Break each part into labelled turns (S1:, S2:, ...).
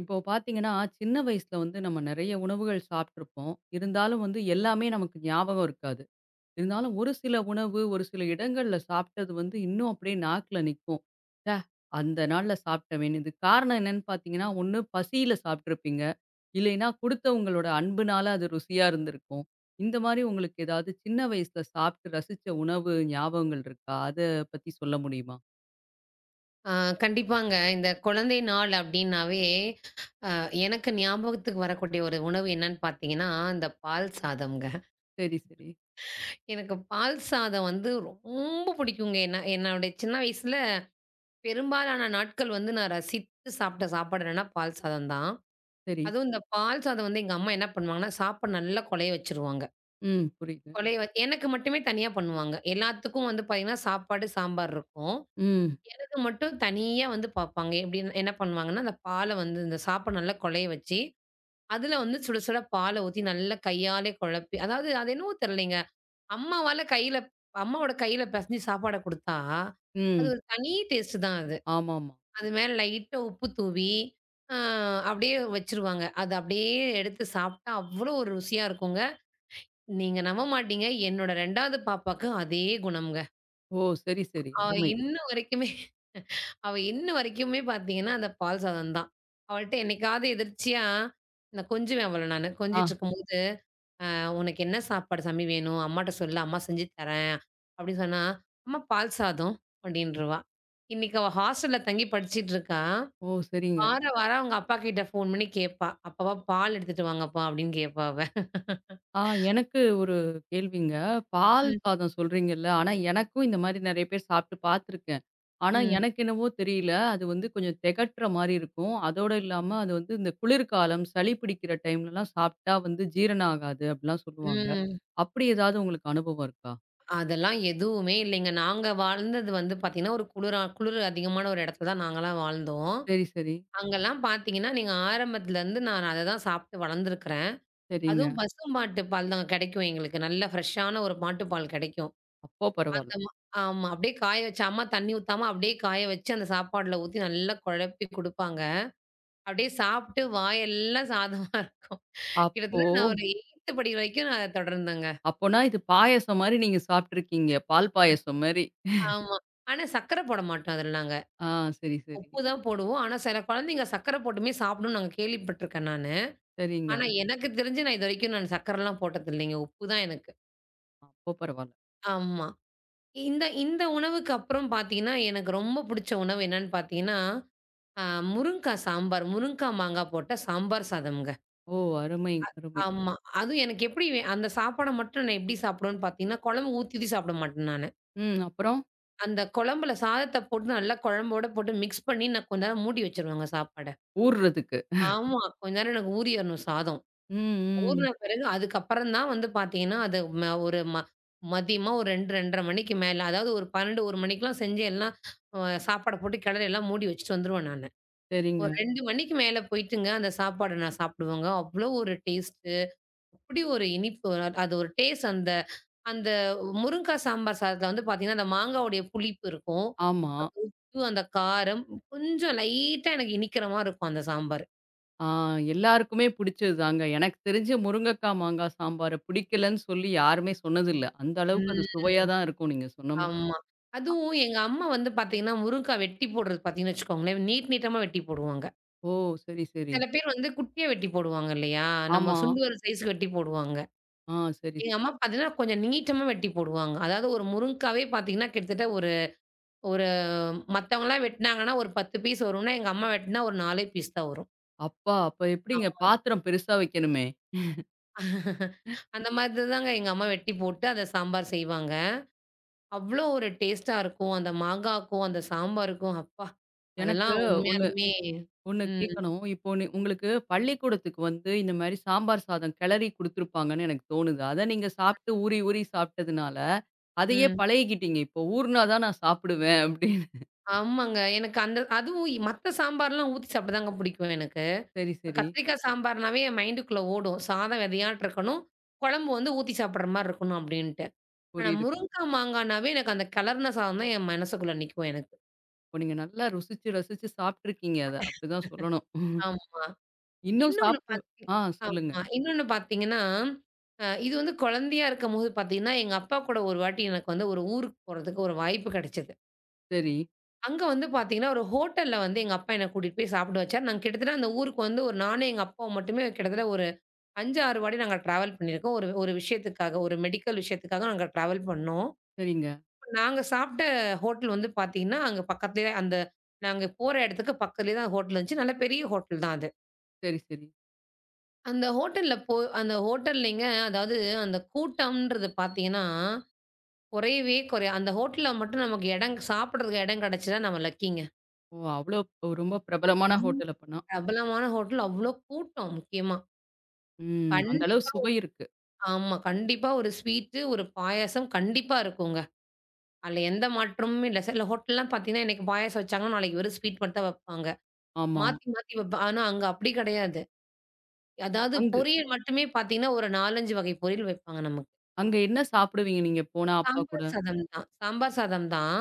S1: இப்போ பார்த்தீங்கன்னா, சின்ன வயசுல வந்து நம்ம நெறைய உணவுகள் சாப்பிட்டுருப்போம். இருந்தாலும் வந்து எல்லாமே நமக்கு ஞாபகம் இருக்காது. இருந்தாலும் ஒரு சில உணவு, ஒரு சில இடங்கள்ல சாப்பிட்டது வந்து இன்னும் அப்படியே நாக்குல நிக்கும். ச்சே! அந்த நாள்ல சாப்பிட்டமேன்னு. இதுக்கு காரணம் என்னன்னு பார்த்தீங்கன்னா, ஒண்ணு பசியில சாப்பிட்டுருப்பீங்க. இல்லைன்னா குடுத்தவங்களோட அன்புனால அது ருசியா இருந்திருக்கும். இந்த மாரி உங்களுக்கு ஏதாவது சின்ன வயசுல சாப்பிட்டு ரசிச்ச உணவு ஞாபகங்கள் இருக்கா? அத பத்தி சொல்ல முடியுமா?
S2: ஆ கண்டிப்பாங்க. இந்த குழந்தை நாள் அப்டின்னாவே, அ எனக்கு ஞாபகத்துக்கு வரக்கூடிய ஒரு உணவு என்னன்னு பார்த்தீங்கன்னா, இந்த பால் சாதம்ங்க.
S1: சரி, சரி.
S2: எனக்கு பால் சாதம் வந்து ரொம்ப பிடிக்குங்க. என்ன என்னுடைய சின்ன வயசுல பெரும்பாலான நாட்கள் வந்து நான் ரசித்து சாப்பிட்ட சாப்பாடு என்னன்னா, பால் சாதம் தான்.
S1: சரி.
S2: அதுவும் இந்த பால் சாதம் வந்து எங்க அம்மா என்ன பண்ணுவாங்கன்னா, சாப்பாடு நல்லா கொழைய வச்சுருவாங்க.
S1: ம். புரியுது.
S2: கொழைய வ எனக்கு மட்டுமே தனியா பண்ணுவாங்க. எல்லாத்துக்கும் வந்து பார்த்தீங்கன்னா, சாப்பாடு, சாம்பார் இருக்கும்.
S1: ம்.
S2: எனக்கு மட்டும் தனியா வந்து பார்ப்பாங்க. எப்படின்னா என்ன பண்ணுவாங்கன்னா, அந்த பால வந்து இந்த சாப்ப நல்லா கொழைய வச்சு, அதுல வந்து சுட சுட பால ஊத்தி நல்லா கையாலே குழப்பி அதாவது அது என்னவோ தெரியலைங்க. அம்மாவால கையில அம்மாவோட கையில பெசஞ்சு சாப்பாட குடுத்தா, அது
S1: ம்.
S2: ஒரு தனி டேஸ்ட்டு தான் அது.
S1: ஆமாமா.
S2: அது மேல லைட்டா உப்பு தூவி, அ அப்படியே வச்சுருவாங்க. அது அப்படியே எடுத்து சாப்ட்டா அவ்வளோ ஒரு ருசியா இருக்குங்க. நீங்க நம்ப மாட்டீங்க. என்னோட 2வது பாப்பாக்கு அதே குணம்ங்க.
S1: ஓ! சரி, சரி.
S2: அவ
S1: அருமை.
S2: இன்ன வரைக்குமே அவ இன்ன வரைக்குமே பார்த்தீங்கன்னா, அந்த பால் சாதம் தான். அவள்ட்ட என்னைக்காவது எதிர்ச்சியா நான் கொஞ்சுவேன் அவள நானு.
S1: ஆ.
S2: கொஞ்சிட்டுருக்கும்போது, "அ உனக்கு என்ன சாப்பாடு சாமி வேணும்? அம்மாட்ட சொல்லு, அம்மா செஞ்சு தரேன்." அப்படின்னு சொன்னா, "அம்மா பால் சாதம்" அப்படின்ருவா. இன்னைக்கு அவ ஹாஸ்டல்ல தங்கி படிச்சுட்டுருக்கா.
S1: ஓ! சரிங்க.
S2: வார வாரம் அவங்க அப்பா கிட்ட ஃபோன் பண்ணி கேட்பா. "அப்பாவா பால் எடுத்துட்டு வாங்கப்பா" அப்படின்னு கேட்பா அவ.
S1: ஆ, எனக்கு ஒரு கேள்விங்க. பால்
S2: ம்,
S1: சாதம் சொல்றீங்கல்ல, ஆனா எனக்கும் இந்த மாரி நெறைய பேர் சாப்பிட்டு பார்த்துருக்கேன். ஆனா
S2: ம்,
S1: எனக்கு என்னவோ தெரியல, அது வந்து கொஞ்சம் திகட்டுற மாரி இருக்கும். அதோட இல்லாம அது வந்து இந்த குளிர்காலம், சளி பிடிக்கிற டைம்லலாம் சாப்பிட்டா வந்து ஜீரணம் ஆகாது அப்படிலாம் சொல்லுவாங்க.
S2: ம்.
S1: அப்படி ஏதாவது உங்களுக்கு அனுபவம் இருக்கா?
S2: அதெல்லாம் எதுவுமே இல்லைங்க. நாங்க வாழ்ந்தது வந்து பார்த்தீங்கன்னா, ஒரு குளிரா குளிர் அதிகமான ஒரு இடத்துல தான் நாங்கலாம் வாழ்ந்தோம்.
S1: சரி, சரி.
S2: அங்கலாம் பார்த்தீங்கன்னா, நீங்க ஆரம்பத்துலருந்து நான் அத தான் சாப்பிட்டு வளர்ந்துருக்கிறேன்.
S1: சரிங்க.
S2: அதுவும் பசும்பாட்டு பால் தான் கிடைக்கும் எங்களுக்கு. நல்ல ஃப்ரெஷ்ஷான ஒரு மாட்டுப்பால் கிடைக்கும்.
S1: அப்போ பரவால்ல.
S2: அந்த மா ஆமா. அப்படியே காய வச்சு அம்மா தண்ணி ஊத்தாம அப்படியே காய வச்சு அந்த சாப்பாடுல ஊத்தி நல்லா குழப்பி குடுப்பாங்க. அப்படியே சாப்பிட்டு வாயெல்லாம் சாதமா இருக்கும்.
S1: அப்போ
S2: கிட்டத்தட்ட நான் ஒரு 8த் படிக்கிற வரைக்கும் நான் அத தொடர்ந்தேங்க.
S1: அப்போனா இது பாயாசம் மாரி நீங்க சாப்பிட்டுருக்கீங்க. பால் பாயாசம் மாரி.
S2: ஆமா. ஆனா சர்க்கரை போட மாட்டோம் அதுல நாங்க.
S1: ஆ, சரி, சரி.
S2: உப்பு தான் போடுவோம். ஆனா சில குழந்தைங்க சர்க்கரை போட்டுமே சாப்பிடும்னு நாங்க கேள்விப்பட்டுருக்கேன் நானு.
S1: சரிங்க.
S2: ஆனா எனக்கு தெரிஞ்சு நான் இதுவரைக்கும் நான் சர்க்கரைலாம் போட்டதில்லைங்க. உப்பு தான் எனக்கு.
S1: அப்போ பரவால்ல.
S2: ஆமா. இந்த இந்த உணவுக்கு அப்புறம் பார்த்தீங்கன்னா, எனக்கு ரொம்ப புடிச்ச உணவு என்னன்னு பார்த்தீங்கன்னா, அ முருங்கா சாம்பார். முருங்கா மாங்காய் போட்ட சாம்பார் சாதம்ங்க.
S1: ஓ! அருமை, அருமை.
S2: ஆமா. அதுவும் எனக்கு எப்படி அந்த சாப்பாட மட்டும் நான் எப்படி சாப்பிடுவேன்னு பார்த்தீங்கன்னா, குழம்பு ஊத்தி ஊத்தி சாப்பிட மாட்டேன் நானு.
S1: ம். அப்புறம்?
S2: அந்த குழம்புல சாதத்த போட்டு நல்லா குழம்போட போட்டு மிக்ஸ் பண்ணி நான் கொஞ்ச நேரம் மூடி வச்சுருவேங்க சாப்பாட.
S1: ஊர்றதுக்கு.
S2: ஆமா. கொஞ்ச நேரம் எனக்கு ஊறி வரணும் சாதம்.
S1: ம், ம்.
S2: ஊறுன பிறகு அதுக்கப்புறம் தான் வந்து பார்த்தீங்கன்னா, அது ம ஒரு ம மதியமா ஒரு 2, 2:30 மணிக்கு மேல, அதாவது ஒரு 12, 1 மணிக்கெல்லாம் செஞ்சு எல்லாம் அ சாப்பாட போட்டு கிளறி எல்லாம் மூடி வச்சுட்டு வந்துருவேன் நானு.
S1: சரிங்க.
S2: ஒரு 2 மணிக்கு மேல போயிட்டுங்க அந்த சாப்பாடு நான் சாப்பிடுவேங்க. அவ்ளோ ஒரு டேஸ்ட்டு. அப்படி ஒரு இனிப்பு. அது ஒரு டேஸ்ட் அந்த அந்த முருங்காய் சாம்பார் சாதத்தில வந்து பார்த்தீங்கன்னா, அந்த மாங்காவுடைய புளிப்பு இருக்கும்.
S1: ஆமா.
S2: அந்த உப்பு, அந்த காரம் கொஞ்சம் லைட்டா எனக்கு இனிக்கிற மாரி இருக்கும் அந்த சாம்பார்.
S1: ஆ, எல்லாருக்குமே பிடிச்சது தாங்க. எனக்கு தெரிஞ்சு முருங்கக்கா, மாங்காய் சாம்பார பிடிக்கலன்னு சொல்லி யாருமே சொன்னதில்ல. அந்த அளவுக்கு அது சுவையா
S2: ம்.
S1: தான் இருக்கும் நீங்க சொன்ன
S2: ஆமா. அதுவும் எங்க அம்மா வந்து பாத்தீங்கன்னா, முருங்கா வெட்டி போடுறது பாத்தீங்கன்னு வச்சுக்கோங்களேன், நீட்டமா வெட்டி போடுவாங்க.
S1: ஓ! சரி, சரி.
S2: சில பேர் வந்து குட்டியா வெட்டி போடுவாங்க இல்லையா? நம்ம
S1: ஆமா.
S2: சுண்டு விரல் சைஸ்க்கு வெட்டி போடுவாங்க.
S1: ஆ. சரி.
S2: எங்க அம்மா பாத்தீங்கன்னா, கொஞ்சம் நீட்டமா வெட்டி போடுவாங்க. அதாவது ஒரு முருங்காவே பாத்தீங்கன்னா, கிட்டத்தட்ட ஒரு ஒரு மத்தவங்கலாம் வெட்டுனாங்கன்னா, ஒரு 10 பீஸ் வரும்னா, எங்க அம்மா வெட்டுனா ஒரு 4 பீஸ் தான் வரும்.
S1: அப்பா! அப்ப எப்படிங்க பாத்திரம் பெருசா வைக்கணுமே!
S2: அந்த மாதிரி தாங்க எங்க அம்மா வெட்டி போட்டு அத சாம்பார் செய்வாங்க. அவ்ளோ ஒரு டேஸ்ட்டா இருக்கும். அந்த மாங்காக்கும், அந்த சாம்பாருக்கும் அப்பா!
S1: எனக்கு
S2: அதெல்லாம்
S1: ஒண்ணு
S2: உண்மையாலுமே
S1: ஒண்ணு
S2: ம்,
S1: கேட்கணும். இப்போ நீ உங்களுக்கு பள்ளிக்கூடத்துக்கு வந்து இந்த மாரி சாம்பார் சாதம் கிளறி குடுத்துருப்பாங்கன்னு எனக்கு தோணுது. அத நீங்க சாப்பிட்டு ஊறி ஊறி சாப்பிட்டதுனால அதையே
S2: ம்.
S1: பழகிக்கிட்டீங்க. இப்போ ஊறுனா தான் நான் சாப்பிடுவேன் அப்படின்னு.
S2: ஆமாங்க. எனக்கு அந்த அதுவும் மத்த சாம்பார்லாம் ஊத்தி சாப்பிடதாங்க பிடிக்கும் எனக்கு.
S1: சரி, சரி.
S2: கத்திரிக்கா சாம்பார்னாவே என் மைண்டுக்குள்ள ஓடும். சாதம் வெதையாட்டு இருக்கணும். குழம்பு வந்து ஊத்தி சாப்பிடுற மாரி இருக்கணும் அப்டின்ட்டு. ஆனா
S1: புரியுது.
S2: முருங்கா, மாங்கானாவே எனக்கு அந்த கெளர்ன சாதம் தான் என் மனசுக்குள்ள நிக்கும் எனக்கு.
S1: இப்போ நீங்க நல்லா ருசிச்சு, ரசிச்சு சாப்பிட்டுருக்கீங்க அத. அப்படிதான் சொல்லணும்.
S2: ஆமா.
S1: இன்னும்
S2: இன்னொன்னு
S1: சாப்பிட
S2: பாத்தீங்
S1: ஆ, சொல்லுங்க.
S2: ஆமா. இன்னொன்னு பாத்தீங்கன்னா, இது வந்து குழந்தையா இருக்கும்போது பாத்தீங்கன்னா, எங்க அப்பா கூட ஒரு வாட்டி எனக்கு வந்து ஒரு ஊருக்கு போறதுக்கு ஒரு வாய்ப்பு கிடைச்சது.
S1: சரி,
S2: அங்க வந்து பார்த்தீங்கன்னா, ஒரு ஹோட்டல்ல வந்து எங்க அப்பா என்ன கூட்டிட்டு போய் சாப்பிட வச்சாரு. நாங்க கிட்டத்தட்ட அந்த ஊருக்கு வந்து ஒரு நானும், எங்க அப்பாவும் மட்டுமே கிட்டத்தட்ட ஒரு 5, 6 வாட்டி நாங்க டிராவல் பண்ணியிருக்கோம். ஒரு ஒரு விஷயத்துக்காக, ஒரு மெடிக்கல் விஷயத்துக்காக நாங்க டிராவல் பண்ணோம்.
S1: சரிங்க.
S2: நாங்க சாப்பிட்ட ஹோட்டல் வந்து பார்த்தீங்கன்னா, அங்க பக்கத்திலேயே அந்த நாங்க போற இடத்துக்கு பக்கத்திலேயே தான் ஹோட்டல் இருந்துச்சு. நல்ல பெரிய ஹோட்டல் தான் அது.
S1: சரி, சரி.
S2: அந்த ஹோட்டல்ல போ அந்த ஹோட்டல்லேங்க அதாவது அந்த கூட்டம்ன்றது பார்த்தீங்கன்னா, குறையவே குறையாது. அந்த ஹோட்டல்ல மட்டும் நமக்கு இடம் சாப்பிடுறதுக்கு இடம் கிடைச்சா நம்ம லக்கிங்க.
S1: ஓ! அவ்வளோ ஒ- ரொம்ப பிரபலமான ஹோட்டல் அப்பன்னா.
S2: பிரபலமான ஹோட்டல் அவ்ளோ கூட்டம் முக்கியமா.
S1: ம். அந்த அளவு
S2: கண்டிப்பா
S1: சுவை இருக்கு.
S2: ஆமா. கண்டிப்பா ஒரு ஸ்வீட்டு, ஒரு பாயாசம் கண்டிப்பா இருக்குங்க. அதுல எந்த மாற்றமுமே இல்ல. சில ஹோட்டல்லாம் பார்த்தீங்கன்னா, இன்னைக்கு பாயாசம் வச்சாங்கன்னா, நாளைக்கு வெறும் ஸ்வீட் மட்டும் தான் வப்பாங்க.
S1: ஆமா.
S2: மாத்தி மாத்தி வப்பா ஆனா அங்க அப்படி கிடையாது. அதாவது
S1: அங்கு
S2: பொரியல் மட்டுமே பார்த்தீங்கன்னா, ஒரு 4, 5 வகை பொரியல் வைப்பாங்க நமக்கு.
S1: அங்க என்ன சாப்பிடுவீங்க நீங்க போனா அப்பா கூட?
S2: சாம்பார் சாதம் தான். சாம்பார் சாதம் தான்.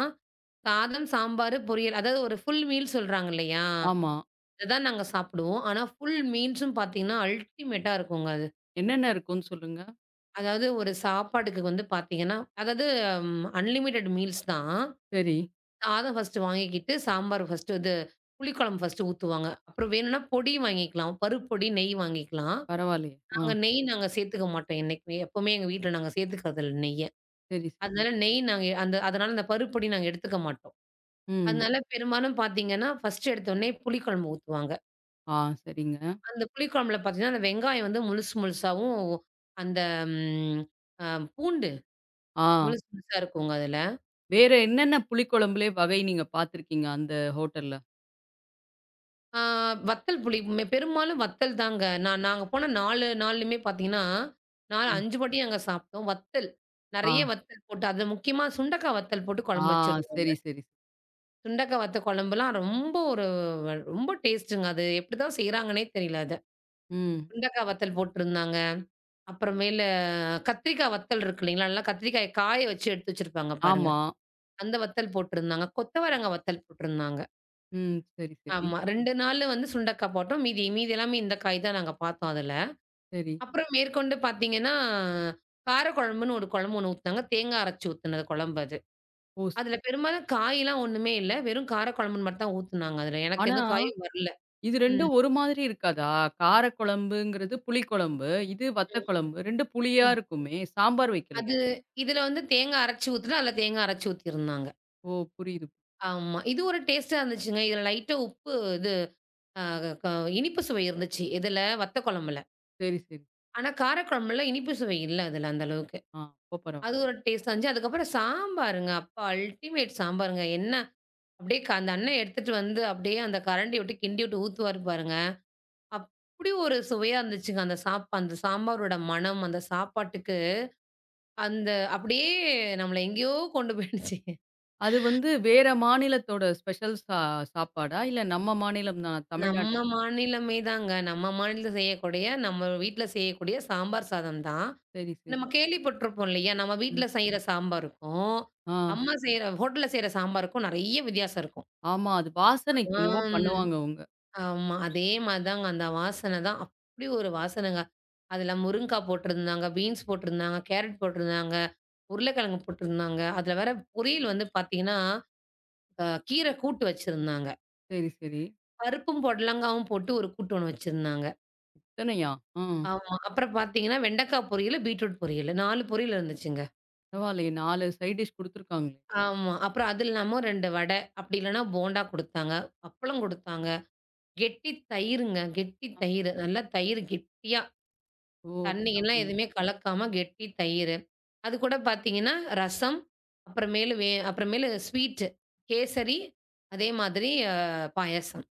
S2: சாதம், சாம்பாரு, பொரியல் அதாவது ஒரு ஃபுல் மீல் சொல்றாங்க இல்லையா?
S1: ஆமா.
S2: அதுதான் நாங்க சாப்பிடுவோம். ஆனா ஃபுல் மீல்ஸும் பார்த்தீங்கன்னா, அல்டிமேட்டா இருக்குங்க அது.
S1: என்னென்ன இருக்கும்னு சொல்லுங்க?
S2: அதாவது ஒரு சாப்பாட்டுக்கு வந்து பார்த்தீங்கன்னா, அதாவது ம் அன்லிமிட்டட் மீல்ஸ் தான்.
S1: சரி.
S2: சாதம் ஃபர்ஸ்ட்டு வாங்கிக்கிட்டு, சாம்பார் ஃபர்ஸ்ட்டு இது புளிக்குழம்பு ஃபர்ஸ்ட்டு ஊத்துவாங்க. அப்புறம் வேணும்னா பொடி வாங்கிக்கலாம். பருப்பு பொடி, நெய் வாங்கிக்கலாம்.
S1: பரவாயில்லையே. ஆ.
S2: நாங்க சேர்த்துக்க மாட்டோம் என்னைக்குமே. எப்பவுமே எங்க வீட்ல நாங்க சேர்த்துக்கிறதில்ல நெய்ய.
S1: சரி, சரி.
S2: அதனால அந்த பருப்பு பொடி நாங்க எடுத்துக்க மாட்டோம்.
S1: ம்.
S2: அதனால பெரும்பாலும் பார்த்தீங்கன்னா, ஃபர்ஸ்ட்டு எடுத்தோனே புளிக்குழம்பு ஊத்துவாங்க.
S1: ஆ, சரிங்க.
S2: அந்த புளிக்குழம்புல பார்த்தீங்கன்னா, அந்த வெங்காயம் வந்து முழுசு முழுசாவும் அந்த ம் அ பூண்டு
S1: ஆ.
S2: முழுசு முழுசா இருக்குங்க அதுல.
S1: வேற என்னென்ன புளிக்குழம்புலே வகை நீங்க பார்த்துருக்கீங்க அந்த ஹோட்டல்ல?
S2: ஆ வத்தல் புளி. பெரும்பாலும் வத்தல் தாங்க. நாங்க போன 4 நாள்லயுமே பார்த்தீங்கன்னா, 4,
S1: ம்.
S2: 5 வாட்டி நாங்க சாப்பிட்டோம். வத்தல்.
S1: ஆ,
S2: நெறைய வத்தல் போட்டு, அது முக்கியமா சுண்டக்கா வத்தல் போட்டு
S1: ஆ,
S2: குழம்பு வச்சிருந்தாங்க.
S1: சரி, சரி.
S2: சுண்டக்கா வத்த குழம்புலாம் ரொம்ப ஒரு ரொம்ப டேஸ்ட்டுங்க. அது எப்படிதான் செய்றாங்கன்னே தெரியல அத.
S1: ம்.
S2: சுண்டக்கா வத்தல் போட்டிருந்தாங்க. அப்புறமேல கத்திரிக்கா வத்தல் இருக்கு இல்லைங்களா? நல்லா கத்திரிக்காய காய வச்சு எடுத்து வச்சிருப்பாங்க பாருங்க.
S1: ஆமா.
S2: அந்த வத்தல் போட்டிருந்தாங்க. கொத்தவரங்கா வத்தல் போட்டிருந்தாங்க.
S1: ம். சரி, சரி,
S2: ஆமா. 2 நாளு வந்து சுண்டக்கா போட்டோம். மீதி மீதி எல்லாமே இந்த காய் தான் நாங்க பார்த்தோம் அதுல.
S1: சரி.
S2: அப்புறம் மேற்கொண்டு பார்த்தீங்கன்னா, காரக்குழம்புன்னு ஒரு குழம்பு ஒண்ணு ஊத்துனாங்க. தேங்காய் அரைச்சு ஊத்துன குழம்பு அது.
S1: ஓ!
S2: அதுல பெரும்பாலும் காய்லாம் ஒண்ணுமே இல்ல. வெறும் காரக்குழம்புன்னு மட்டும் தான் ஊத்துனாங்க அதுல. எனக்கு
S1: ஆனா,
S2: எதுவும் காயும் வரல.
S1: இது
S2: ம்,
S1: 2ம் ஒரு மாதிரி இருக்காதா? காரக்குழம்புங்கிறது புளிக்குழம்பு. இது வத்த
S2: ம்,
S1: குழம்பு. 2 புளியா
S2: ம்.
S1: இருக்குமே! சாம்பார் வைக்கலையா?
S2: அது இதுல வந்து தேங்காய் அரைச்சு ஊத்துனா, அதுல தேங்காய் அரைச்சு ஊத்தியிருந்தாங்க.
S1: ஓ! புரியுது.
S2: ஆமா. இது ஒரு டேஸ்ட்டா இருந்துச்சுங்க. இதுல லைட்டா உப்பு இது அ க இனிப்பு சுவை இருந்துச்சு. எதுல? வத்த குழம்புல.
S1: சரி, சரி.
S2: ஆனா காரக்குழம்புல இனிப்பு சுவை இல்ல அதுல அந்த அளவுக்கு.
S1: ஆ, அப்ப பரவால்ல.
S2: அது ஒரு டேஸ்ட்டா இருந்துச்சு. அதுக்கப்புறம் சாம்பாருங்க. அப்பா! அல்டிமேட் சாம்பாருங்க. என்ன அப்படியே க அந்த அண்ணன் எடுத்துட்டு வந்து அப்படியே அந்த கரண்டிய விட்டு கிண்டி விட்டு ஊத்துவாரு பாருங்க. அப்படி ஒரு சுவையா இருந்துச்சுங்க. அந்த சாம்பாரோட மணம், அந்த சாப்பாட்டுக்கு அந்த அப்படியே நம்மள எங்கேயோ கொண்டு போயிடுச்சு.
S1: அது வந்து வேற மாநிலத்தோட ஸ்பெஷல் சாப்பாடா? இல்ல நம்ம மாநிலம் தான்
S2: நம்ம
S1: தமிழ்நாட்ட
S2: மாநிலமே தாங்க. நம்ம மாநிலத்தில செய்யக்கூடிய, நம்ம வீட்ல செய்யக்கூடிய சாம்பார் சாதம் தான்.
S1: சரி, சரி.
S2: நம்ம கேள்விப்பட்டிருப்போம் இல்லையா? நம்ம
S1: ம்.
S2: வீட்ல செய்ற சாம்பாருக்கும்,
S1: ஆ,
S2: அம்மா செய்ற ஹோட்டல்ல செய்ற சாம்பாருக்கும் நெறைய வித்தியாசம் இருக்கும்.
S1: ஆமா. அது வாசனைக்கு என்னவோ
S2: ஆம்.
S1: பண்ணுவாங்க அவுங்க.
S2: ஆமா. அதே மாரி தாங்க. அந்த வாசனை தான். அப்படி ஒரு வாசனைங்க. அதுல முருங்கா போட்டிருந்தாங்க, பீன்ஸ் போட்டிருந்தாங்க, கேரட் போட்டிருந்தாங்க, உருளைக்கிழங்கு போட்டிருந்தாங்க. அதுல வேற பொரியல் வந்து பார்த்தீங்கன்னா, கீரை கூட்டு வச்சிருந்தாங்க.
S1: சரி, சரி.
S2: பருப்பும் பொடலங்காவும் போட்டு ஒரு கூட்டு ஒண்ணு வச்சிருந்தாங்க.
S1: இத்தனையா? ஆ.
S2: ஆமா. அப்புறம் பார்த்தீங்கன்னா, வெண்டைக்கா பொரியலு, பீட்ரூட் பொரியலு. 4 பொரியல் இருந்துச்சுங்க.
S1: பரவாயில்லையே 4 சைட் டிஷ் குடுத்துருக்காங்களே.
S2: ஆமா. அப்புறம் அது இல்லாம 2 வடை, அப்படி இல்லன்னா போண்டா குடுத்தாங்க. அப்பளம் குடுத்தாங்க. கெட்டி தயிருங்க. கெட்டி
S1: அ,
S2: தயிரு. நல்லா தயிர் கெட்டியா
S1: ஓ!
S2: தண்ணி
S1: ஆமா.
S2: எல்லாம்
S1: ம்.
S2: எதுவுமே கலக்காம கெட்டி தயிர். அது கூட பார்த்தீங்கன்னா, ரசம், அப்புறமேலு ஸ்வீட் கேசரி, அதே மாதிரி அ பாயாசம்.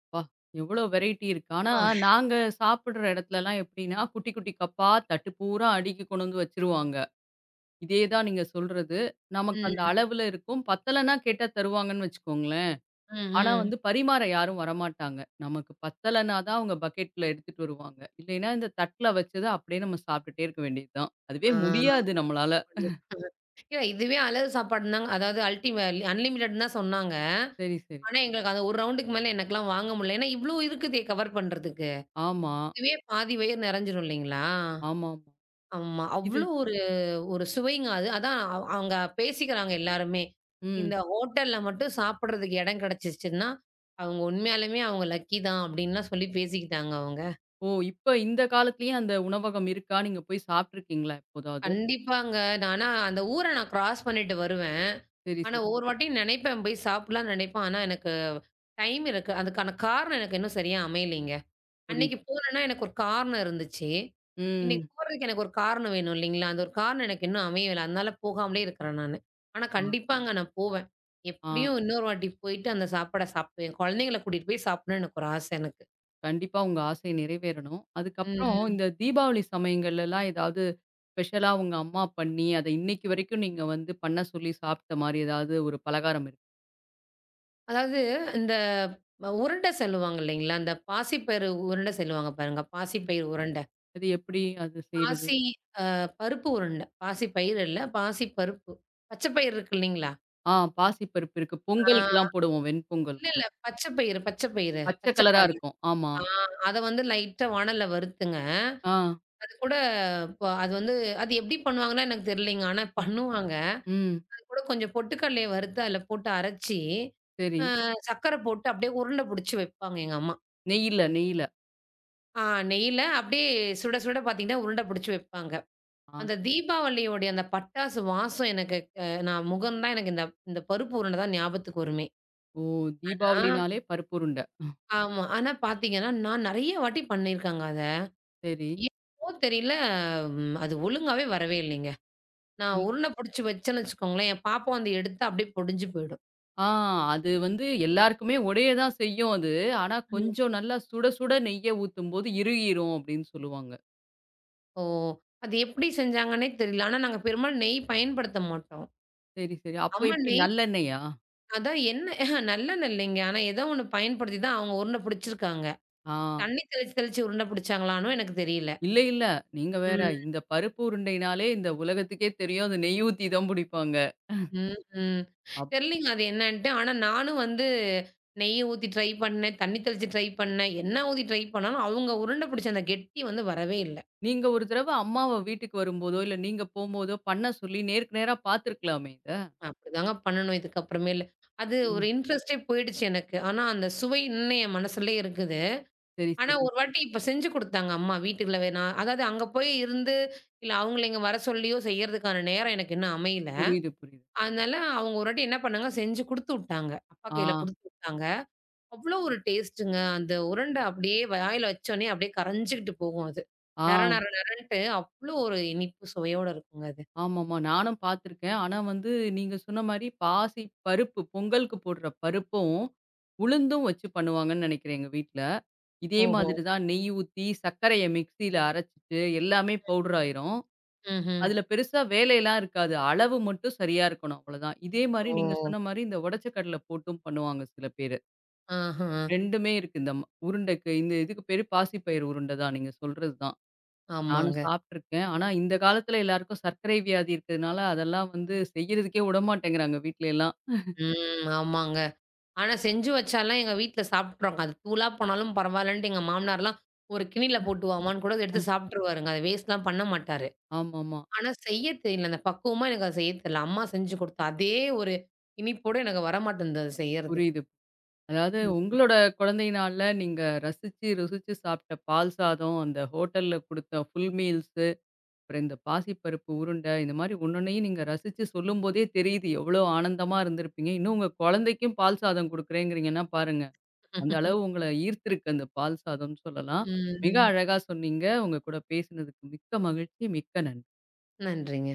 S1: அப்பா! எவ்வளோ வெரைட்டி இருக்கு. ஆனா,
S2: ஆ.
S1: நாங்க சாப்பிடுற இடத்துலலாம் எப்படின்னா, குட்டி, குட்டி கப்பா தட்டு பூரா அடுக்கி கொண்டு வந்து வச்சுருவாங்க. இதே தான் நீங்க சொல்றது. நமக்கு அந்த
S2: ம்,
S1: அளவுல இருக்கும். பத்தலன்னா கேட்டா தருவாங்கன்னு வச்சுக்கோங்களேன்.
S2: ம்,
S1: ஆனா
S2: ம்.
S1: வந்து பரிமாற யாரும் வரமாட்டாங்க. நமக்கு பத்தலன்னா தான் அவங்க பக்கெட்ல எடுத்துட்டு வருவாங்க. இல்லைன்னா இந்த தட்ல வச்சத அப்படியே நம்ம சாப்பிட்டுட்டே இருக்க வேண்டியது தான். அதுவே
S2: ஆ.
S1: முடியாது நம்மளால.
S2: அப்படியா? ஏங்க இதுவே அளவு சாப்பாடுனாங்க. அதாவது அன்லிமிட்டெட்ன்னு தான் சொன்னாங்க.
S1: சரி, சரி.
S2: ஆனா, எங்களுக்கு அந்த ஒரு ரவுண்டுக்கு மேல எனக்கெல்லாம் வாங்க முடியல. ஏன்னா, இவ்ளோ இருக்குதே கவர் பண்றதுக்கு.
S1: ஆமா.
S2: இதுவே பாதி வயிறு நெறஞ்சிரும் இல்லைங்களா?
S1: ஆமாமா.
S2: ஆமா.
S1: இது
S2: அவ்ளோ ஒரு சுவைங்க அது. அதான் அவங்க பேசிக்கிறாங்க எல்லாருமே.
S1: ம்.
S2: இந்த ஹோட்டல்ல மட்டும் சாப்பிடுறதுக்கு இடம் கிடைச்சிச்சுன்னா, அவங்க உண்மையாலுமே அவங்க லக்கி தான் அப்டின்லாம் சொல்லி பேசிக்கிட்டாங்க அவங்க.
S1: ஓ! இப்ப இந்த காலத்திலயும் அந்த உணவகம் இருக்கா? நீங்க போய் சாப்ட்டுருக்கீங்களா எப்போதாவது?
S2: கண்டிப்பாங்க. ஆனா அந்த ஊர நான் கிராஸ் பண்ணிட்டு வருவேன்.
S1: சரி,
S2: ஆனா
S1: சரி.
S2: ஒவ்வொரு வாட்டியும் நெனைப்பேன் போய் சாப்பிடலாம்னு நெனைப்பேன். ஆனா எனக்கு டைம் இருக்கு. அதுக்கான காரணம் எனக்கு இன்னும் சரியா அமையலைங்க. அன்னைக்கு
S1: புரியுது.
S2: போனேன்னா எனக்கு ஒரு காரணம் இருந்துச்சு. இன்னைக்கு
S1: ம்.
S2: போறதுக்கு எனக்கு ஒரு காரணம் வேணும் இல்லைங்களா? அந்த ஒரு காரணம் எனக்கு இன்னும் அமையல. அதனால போகாமலே இருக்கிறேன் நானு. ஆனா
S1: ஆ,
S2: கண்டிப்பாங்க நான் போவேன்.
S1: ஆ.
S2: எப்படியும் இன்னொரு வாட்டி போயிட்டு அந்த சாப்பாட சாப்பிடுவேன். குழந்தைங்கள கூட்டிட்டு போய் சாப்பிடணும்னு எனக்கு ஒரு ஆசை எனக்கு.
S1: கண்டிப்பா உங்க ஆசை நிறைவேறணும். அதுக்கப்புறம்
S2: ம்.
S1: இந்த தீபாவளி சமயங்கள்லலாம் ஏதாவது ஸ்பெஷலா உங்க அம்மா பண்ணி, அத இன்னைக்கு வரைக்கும் நீங்க வந்து பண்ண சொல்லி சாப்ட்ட மாரி ஏதாவது ஒரு பலகாரம் இருக்கு?
S2: அதாவது இந்த உருண்டை சொல்லுவாங்க இல்லைங்களா? அந்த பாசிப்பயிறு உருண்டை சொல்லுவாங்க பாருங்க. பாசிப்பயிறு உருண்டை.
S1: அது எப்படி அது செய்றது?
S2: பாசி அ பருப்பு உருண்டை. பாசி பயிறு இல்ல. பாசி பருப்பு. பச்சை பயிறு இருக்கு இல்லைங்களா?
S1: ஆ, பாசிப்பருப்பு இருக்கு.
S2: ஆ
S1: பொங்கலுக்குலாம் போடுவோம்
S2: இல்ல,
S1: வெண்பொங்கலுக்கு.
S2: இல்ல. பச்சை பயிறு, பச்சை பயிறு.
S1: பச்சை
S2: பச்சை
S1: கலரா
S2: கலர்ல.
S1: இருக்கும். ஆமா.
S2: ஆ அத வந்து லைட்டா வாணல்ல வறுத்துங்க.
S1: ஆ.
S2: அது கூட ப அது வந்து அது எப்படி பண்ணுவாங்கன்னா எனக்கு தெரியலைங்க. ஆனா
S1: ம்.
S2: பண்ணுவாங்க.
S1: ம்.
S2: அது கூட கொஞ்சம் பொட்டுக்கடலைய வறுத்து அதில போட்டு அரைச்சு,
S1: சரி.
S2: அ சர்க்கரை போட்டு அப்படியே உருண்டை புடிச்சு வைப்பாங்க எங்க அம்மா.
S1: நெய்யில, நெய்யில.
S2: ஆ நெய்யில அப்படியே சுட சுட பார்த்தீங்கன்னா, உருண்டை புடிச்சு வைப்பாங்க.
S1: ஆ.
S2: அந்த தீபாவளியோடைய அந்த பட்டாசு வாசம் எனக்கு நான் முகந்தான் எனக்கு இந்த இந்த பருப்பு உருண்டை தான் ஞாபகத்துக்கு வருமே.
S1: ஓ!
S2: ஆ
S1: தீபாவளினாலே பருப்பு உருண்ட.
S2: ஆமா. ஆனா பார்த்தீங்கன்னா, நான் நெறைய வாட்டி பண்ணியிருக்கேங்க அத.
S1: சரி.
S2: என்னமோ தெரியல, அது ஒழுங்காவே வரவே இல்லைங்க. நான்
S1: ம்.
S2: உருண்டை புடிச்சு வச்சேன்னு வச்சுக்கோங்களேன், என் பாப்பா வந்து எடுத்து அப்படியே பொடிஞ்சு போயிடும்.
S1: ஆ, அது வந்து எல்லாருக்குமே உடைய தான் செய்யும் அது. ஆனா
S2: ம்.
S1: கொஞ்சம் நல்லா சுட சுட நெய்ய ஊத்தும்போது இறுகிரும் அப்படின்னு சொல்லுவாங்க.
S2: ஓ! அது எப்படி செஞ்சாங்கன்னே தெரியல. ஆனா நாங்க பெரும்பாலும் நெய் பயன்படுத்த மாட்டோம்.
S1: சரி, சரி. அப்போ
S2: அம்மா
S1: எப்படி
S2: நெய்
S1: நல்லெண்ணெயா?
S2: அதான் எண்ணெய் நல்லெண்ணெய் இல்லைங்க. ஆனா ஏதோ ஒண்ணு பயன்படுத்தி தான் அவங்க உருண்டை புடிச்சிருக்காங்க.
S1: ஆ.
S2: தண்ணி தெளிச்சு தெளிச்சு உருண்டை புடிச்சாங்களான்னும் எனக்கு தெரியல.
S1: இல்ல, இல்ல. நீங்க வேற.
S2: ம்,
S1: இந்த பருப்பு உருண்டைனாலே இந்த உலகத்துக்கே தெரியும். அது நெய் ஊத்தி தான் புடிப்பாங்க.
S2: ம், ம்.
S1: அப்
S2: தெரியலங்க அது என்னன்ட்டு. ஆனா நானும் வந்து நெய் ஊத்தி ட்ரை பண்ணேன், தண்ணி தெளிச்சு ட்ரை பண்ணேன், எண்ணெய் ஊத்தி ட்ரை பண்ணாலும் அவங்க உருண்டை புடிச்ச அந்த கெட்டி வந்து வரவே இல்ல.
S1: நீங்க ஒரு தடவ அம்மாவ வீட்டுக்கு வரும்போதோ, இல்ல நீங்க போம்போதோ பண்ண சொல்லி நேருக்கு நேரா பார்த்துருக்கலாமே இத?
S2: அப்படிதாங்க பண்ணணும் இதுக்கப்புறமேலு. அது ஒரு
S1: ம்.
S2: இன்ட்ரெஸ்ட்டே போயிடுச்சு எனக்கு. ஆனா, அந்த சுவை இன்னும் என் மனசுலயே இருக்குது.
S1: சரி,
S2: ஆனா,
S1: சரி.
S2: ஒரு வாட்டி இப்ப செஞ்சு குடுத்தாங்க அம்மா வீட்டுக்குள்ள வேணா அதாவது அங்க போய் இருந்து, இல்ல அவங்கள இங்க வர சொல்லியோ செய்யறதுக்கான நேரம் எனக்கு இன்னும் அமையல.
S1: புரியுது, புரியுது.
S2: அதனால அவங்க ஒரு வாட்டி என்ன பண்ணாங்க, செஞ்சு குடுத்து விட்டாங்க. அப்பா
S1: ஆ,
S2: கையில குடுத்து விட்டாங்க. அவ்ளோ ஒரு டேஸ்ட்டுங்க. அந்த உருண்ட அப்படியே வாயில வச்சோனே அப்படியே கரைஞ்சுகிட்டு போகும் அது.
S1: ஆ.
S2: நர நர நரன்ட்டு அவ்ளோ ஒரு இனிப்பு சுவையோட இருக்குங்க அது.
S1: ஆமாமா. நானும் பார்த்துருக்கேன். ஆனா வந்து நீங்க சொன்ன மாரி பாசி பருப்பு, பொங்கலுக்கு போடுற பருப்பும், உளுந்தும் வச்சு பண்ணுவாங்கன்னு நெனைக்கிறேன் எங்க வீட்ல. இதே
S2: ஓஹோ!
S1: மாதிரி தான் நெய் ஊத்தி, சர்க்கரைய மிக்ஸியில அரைச்சுட்டு எல்லாமே பவுடர் ஆயிரும்.
S2: ம்ஹ்ம்.
S1: அதில பெருசா வேலையெல்லாம் இருக்காது. அளவு மட்டும் சரியா இருக்கணும் அவ்வளதான். இதே மாரி நீங்க
S2: ஓ!
S1: சொன்ன மாரி இந்த உடைச்ச கடல போட்டும் பண்ணுவாங்க சில பேரு.
S2: ஆஹ.
S1: 2மே இருக்கு இந்த உருண்டைக்கு இந்த இதுக்கு பேரு பாசிப்பயிறு உருண்டை தான். நீங்க சொல்றது தான். நானும்
S2: ஆமாங்க.
S1: சாப்பிட்டுருக்கேன். ஆனா, இந்த காலத்துல எல்லாருக்கும் சர்க்கரை வியாதி இருக்கிறதுனால, அதெல்லாம் வந்து செய்யறதுக்கே விடமாட்டேங்கிறாங்க வீட்ல எல்லாம்.
S2: ம். ஆமாங்க. ஆனா செஞ்சு வச்சாலாம் எங்க வீட்ல சாப்ட்ருவாங்க. அது தூளா போனாலும் பரவாயில்லன்ட்டு எங்க மாமனார்லாம் ஒரு கிண்ணில போட்டு வாமான்னு கூட
S1: அ.
S2: எடுத்து சாப்ட்டுருவாருங்க. அத வேஸ்ட்லாம் பண்ண மாட்டாரு.
S1: ஆமாமா.
S2: ஆனா செய்ய தெரியல. அந்த பக்குவமா எனக்கு அது செய்ய தெரியல. அம்மா செஞ்சு கொடுத்த அதே ஒரு இனிப்போட எனக்கு வரமாட்டேன்து அது செய்யறதுக்கு.
S1: புரியுது. அதாவது
S2: ம்.
S1: உங்களோட குழந்தை நாள்ல நீங்க ரசிச்சு, ருசிச்சு சாப்பிட்ட பால் சாதம், அந்த ஹோட்டல்ல குடுத்த ஃபுல் மீல்ஸு, அப்புறம் இந்த பாசிப்பருப்பு உருண்டை, இந்த மாரி ஒன்னொன்னையும் நீங்க ரசிச்சு சொல்லும்போதே தெரியுது, எவ்வளோ ஆனந்தமா இருந்திருப்பீங்க. இன்னும் உங்க குழந்தைக்கும் பால் சாதம் குடுக்குறேங்கிறீங்கன்னா பாருங்க. அந்த அளவு உங்கள ஈர்த்திருக்கு அந்த பால் சாதம்னு சொல்லலாம். மிக
S2: ம்.
S1: அழகா சொன்னீங்க. உங்க கூட பேசினதுக்கு மிக்க மகிழ்ச்சி. மிக்க நன்றி.
S2: நன்றிங்க.